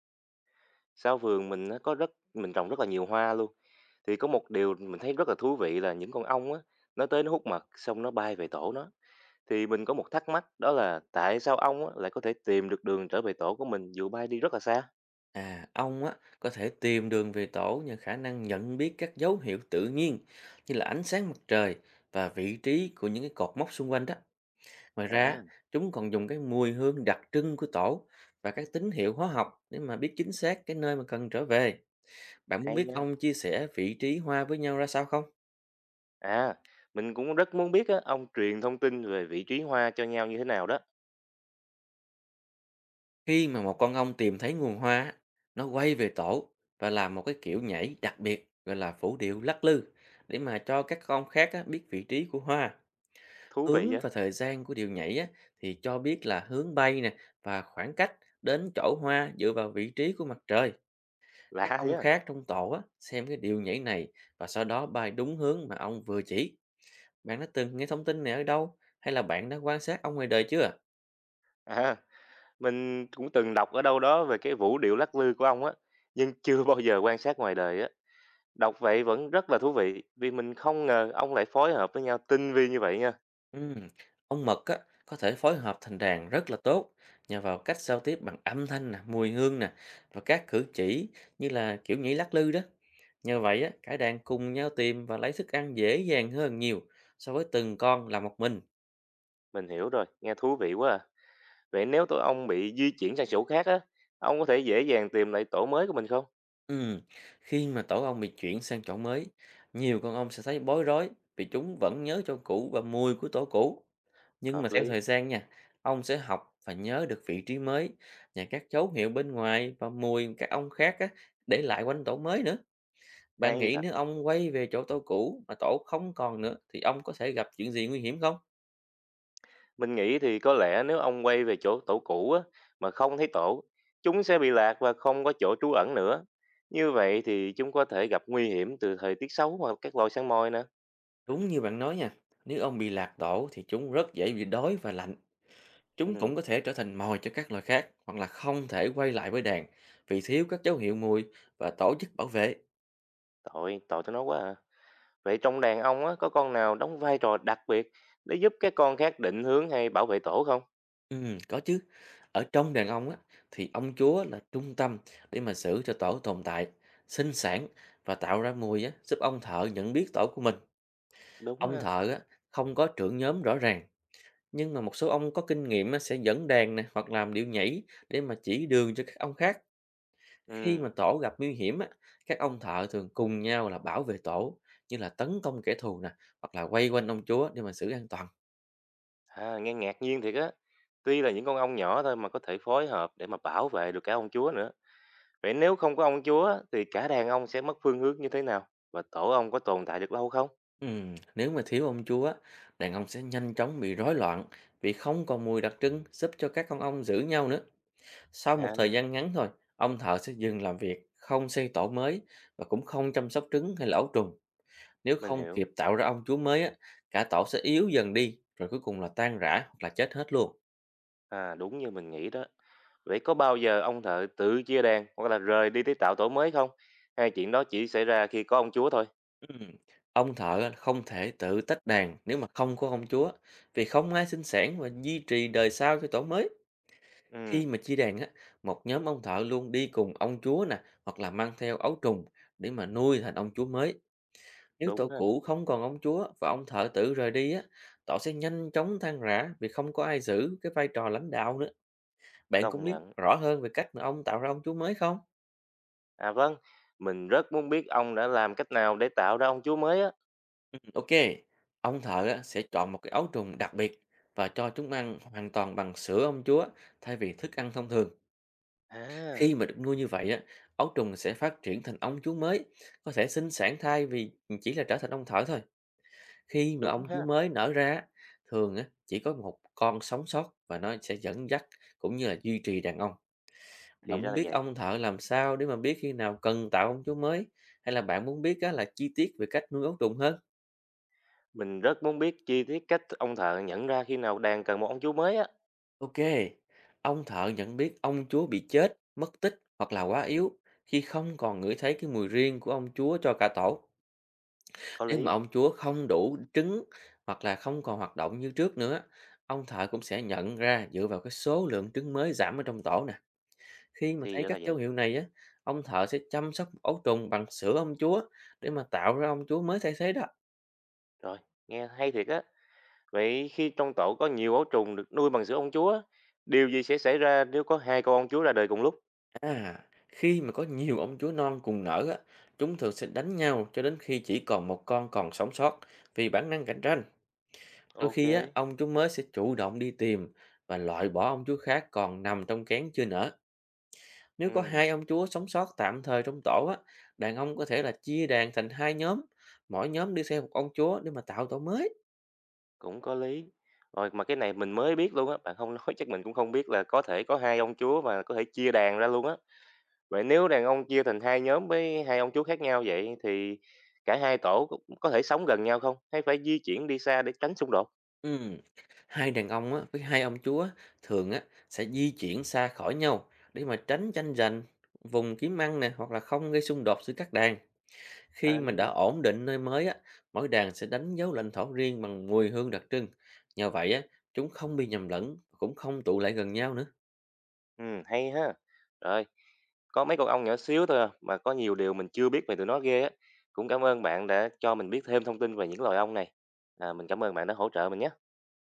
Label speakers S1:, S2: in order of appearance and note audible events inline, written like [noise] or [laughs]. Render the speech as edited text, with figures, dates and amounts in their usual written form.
S1: Sau vườn mình nó có mình trồng rất là nhiều hoa luôn. Thì có một điều mình thấy rất là thú vị là những con ong á, nó tới nó hút mật xong nó bay về tổ nó. Thì mình có một thắc mắc đó là tại sao ong á, lại có thể tìm được đường trở về tổ của mình dù bay đi rất là xa?
S2: À, ong á có thể tìm đường về tổ nhờ khả năng nhận biết các dấu hiệu tự nhiên như là ánh sáng mặt trời và vị trí của những cái cột mốc xung quanh đó. Ngoài
S1: À,
S2: ra, chúng còn dùng cái mùi hương đặc trưng của tổ và các tín hiệu hóa học để mà biết chính xác cái nơi mà cần trở về. Bạn muốn
S1: hay
S2: biết
S1: nha.
S2: ong chia sẻ vị trí hoa với nhau ra sao không?
S1: À, mình cũng rất muốn biết á, ong truyền thông tin về vị trí hoa cho nhau như thế nào đó.
S2: Khi mà một con ong tìm thấy nguồn hoa, á, nó quay về tổ và làm một cái kiểu nhảy đặc biệt gọi là phủ điệu lắc lư để mà cho các con khác á, biết vị trí của hoa.
S1: Thú vị
S2: Hướng
S1: vậy?
S2: và thời gian của điệu nhảy á, thì cho biết là hướng bay nè và khoảng cách đến chỗ hoa dựa vào vị trí của mặt trời. Các
S1: Lạ
S2: ông
S1: vậy?
S2: khác trong tổ á, xem cái điệu nhảy này và sau đó bay đúng hướng mà ông vừa chỉ. Bạn đã từng nghe thông tin này ở đâu hay là bạn đã quan sát ông ngoài đời chưa?
S1: À, mình cũng từng đọc ở đâu đó về cái vũ điệu lắc lư của ong á, nhưng chưa bao giờ quan sát ngoài đời á. Đọc vậy vẫn rất là thú vị, vì mình không ngờ ông lại phối hợp với nhau tinh vi như vậy nha.
S2: Ừm. Ông mật á, có thể phối hợp thành đàn rất là tốt nhờ vào cách giao tiếp bằng âm thanh nè, mùi hương nè và các cử chỉ như là kiểu nhảy lắc lư đó. Nhờ vậy á, cả đàn cùng nhau tìm và lấy thức ăn dễ dàng hơn nhiều so với từng con là một mình.
S1: Mình hiểu rồi, nghe thú vị quá à. Vậy nếu tụi ông bị di chuyển sang chỗ khác á, ông có thể dễ dàng tìm lại tổ mới của mình không?
S2: Ừm. Khi mà tổ ong bị chuyển sang chỗ mới, nhiều con ong sẽ thấy bối rối vì chúng vẫn nhớ chỗ cũ và mùi của tổ cũ. Nhưng mà
S1: Hợp
S2: theo
S1: lý,
S2: thời gian nha, ông sẽ học và nhớ được vị trí mới, và các dấu hiệu bên ngoài và mùi các ông khác á, để lại quanh tổ mới nữa. Bạn
S1: hay
S2: nghĩ
S1: thật.
S2: nếu ông quay về chỗ tổ cũ mà tổ không còn nữa thì ông có thể gặp chuyện gì nguy hiểm không?
S1: Mình nghĩ thì có lẽ nếu ông quay về chỗ tổ cũ á, mà không thấy tổ, chúng sẽ bị lạc và không có chỗ trú ẩn nữa. Như vậy thì chúng có thể gặp nguy hiểm từ thời tiết xấu hoặc các loài săn mồi nữa.
S2: Đúng như bạn nói nha, nếu ông bị lạc tổ thì chúng rất dễ bị đói và lạnh.
S1: Ừ,
S2: Chúng cũng có thể trở thành mồi cho các loài khác hoặc là không thể quay lại với đàn vì thiếu các dấu hiệu mùi và tổ chức bảo vệ.
S1: tội, tội tụi nó quá à. Vậy trong đàn ông á, có con nào đóng vai trò đặc biệt để giúp các con khác định hướng hay bảo vệ tổ không?
S2: Có chứ. Ở trong đàn ông á, thì ông chúa là trung tâm để mà giữ cho tổ tồn tại, sinh sản và tạo ra mùi á, giúp ông thợ nhận biết tổ của mình.
S1: Đúng
S2: Ông
S1: ha.
S2: thợ á, không có trưởng nhóm rõ ràng, nhưng mà một số ông có kinh nghiệm á, sẽ dẫn đàn nè hoặc làm điệu nhảy để mà chỉ đường cho các ông khác. Khi mà
S1: Ừ,
S2: tổ gặp nguy hiểm á, các ông thợ thường cùng nhau là bảo vệ tổ, như là tấn công kẻ thù nè, hoặc là quay quanh ông chúa để mà giữ an toàn.
S1: à, nghe ngạc nhiên thiệt á. Tuy là những con ong nhỏ thôi mà có thể phối hợp để mà bảo vệ được cả ong chúa nữa. Vậy nếu không có ong chúa thì cả đàn ong sẽ mất phương hướng như thế nào? Và tổ ong có tồn tại được lâu không?
S2: Nếu mà thiếu ông chúa, đàn ông sẽ nhanh chóng bị rối loạn vì không còn mùi đặc trưng giúp cho các con ong giữ nhau nữa. Sau một
S1: À,
S2: thời gian ngắn thôi, ông thợ sẽ dừng làm việc, không xây tổ mới và cũng không chăm sóc trứng hay là ấu trùng. Nếu
S1: mình
S2: không kịp
S1: hiểu.
S2: tạo ra ong chúa mới á, cả tổ sẽ yếu dần đi, rồi cuối cùng là tan rã hoặc là chết hết luôn.
S1: À, đúng như mình nghĩ đó. Vậy có bao giờ ông thợ tự chia đàn hoặc là rời đi để tạo tổ mới không? Hay chuyện đó chỉ xảy ra khi có ông chúa thôi?
S2: Ừm. Ông thợ á, không thể tự tách đàn nếu mà không có ông chúa, vì không ai sinh sản và duy trì đời sau cho tổ mới. Khi
S1: Ừ,
S2: mà chia đàn á, một nhóm ông thợ luôn đi cùng ông chúa nè, hoặc là mang theo ấu trùng để mà nuôi thành ông chúa mới. Nếu tổ
S1: đúng ha,
S2: cũ không còn ông chúa và ông thợ tử rời đi á, tổ sẽ nhanh chóng tan rã vì không có ai giữ cái vai trò lãnh đạo nữa. Bạn cũng
S1: công
S2: biết
S1: nhận.
S2: rõ hơn về cách mà ông tạo ra ông chúa mới không?
S1: À vâng, mình rất muốn biết ông đã làm cách nào để tạo ra ông chúa mới á.
S2: Ừ, ok, ông thợ á, sẽ chọn một cái ấu trùng đặc biệt và cho chúng ăn hoàn toàn bằng sữa ông chúa thay vì thức ăn thông thường. Khi
S1: À,
S2: mà được nuôi như vậy á, ấu trùng sẽ phát triển thành ong chúa mới, có thể sinh sản thai vì chỉ là trở thành ong thở thôi. Khi mà ong
S1: đúng
S2: chúa
S1: ha,
S2: mới nở ra, á, thường á, chỉ có một con sống sót và nó sẽ dẫn dắt cũng như là duy trì đàn ong.
S1: thì
S2: Bạn
S1: ra
S2: muốn
S1: là
S2: biết
S1: vậy.
S2: ong thợ làm sao để mà biết khi nào cần tạo ong chúa mới, hay là bạn muốn biết á, là chi tiết về cách nuôi ấu trùng hơn?
S1: Mình rất muốn biết chi tiết cách ông thợ nhận ra khi nào đàn cần một ông chúa mới á.
S2: Ok, ong thợ nhận biết ong chúa bị chết, mất tích hoặc là quá yếu khi không còn ngửi thấy cái mùi riêng của ong chúa cho cả tổ.
S1: Có
S2: Nếu mà
S1: lý,
S2: ông chúa không đủ trứng hoặc là không còn hoạt động như trước nữa, ông thợ cũng sẽ nhận ra dựa vào cái số lượng trứng mới giảm ở trong tổ nè. Khi mà
S1: thì
S2: thấy
S1: ra là
S2: các dấu
S1: vậy.
S2: hiệu này á, ông thợ sẽ chăm sóc ấu trùng bằng sữa ông chúa để mà tạo ra ông chúa mới thay thế đó.
S1: Rồi, nghe hay thiệt á. Vậy khi trong tổ có nhiều ấu trùng được nuôi bằng sữa ông chúa, á, điều gì sẽ xảy ra nếu có hai con ông chúa ra đời cùng lúc?
S2: À, khi mà có nhiều ông chúa non cùng nở á, chúng thường sẽ đánh nhau cho đến khi chỉ còn một con còn sống sót vì bản năng cạnh tranh. Đôi
S1: Ok,
S2: khi á, ông chúa mới sẽ chủ động đi tìm và loại bỏ ông chúa khác còn nằm trong kén chưa nở. Nếu có
S1: ừ,
S2: hai ông chúa sống sót tạm thời trong tổ á, đàn ông có thể là chia đàn thành hai nhóm, mỗi nhóm đi theo một ông chúa để mà tạo tổ mới.
S1: cũng có lý. Rồi mà cái này mình mới biết luôn á, bạn không nói [laughs] chắc mình cũng không biết là có thể có hai ông chúa mà có thể chia đàn ra luôn á. Vậy nếu đàn ông chia thành hai nhóm với hai ông chú khác nhau vậy thì cả hai tổ cũng có thể sống gần nhau không? Hay phải di chuyển đi xa để tránh xung đột?
S2: Ừm. Hai đàn ông á, với hai ông chúa thường á, sẽ di chuyển xa khỏi nhau để mà tránh tranh giành vùng kiếm ăn nè hoặc là không gây xung đột giữa các đàn. Khi mà
S1: Anh
S2: đã
S1: à,
S2: ổn định nơi mới á, mỗi đàn sẽ đánh dấu lãnh thổ riêng bằng mùi hương đặc trưng. Nhờ vậy á, chúng không bị nhầm lẫn, cũng không tụ lại gần nhau nữa.
S1: ừ, hay ha. Rồi, có mấy con ong nhỏ xíu thôi à, mà có nhiều điều mình chưa biết về tụi nó ghê á. Cũng cảm ơn bạn đã cho mình biết thêm thông tin về những loài ong này. À, mình cảm ơn bạn đã hỗ trợ mình nhé.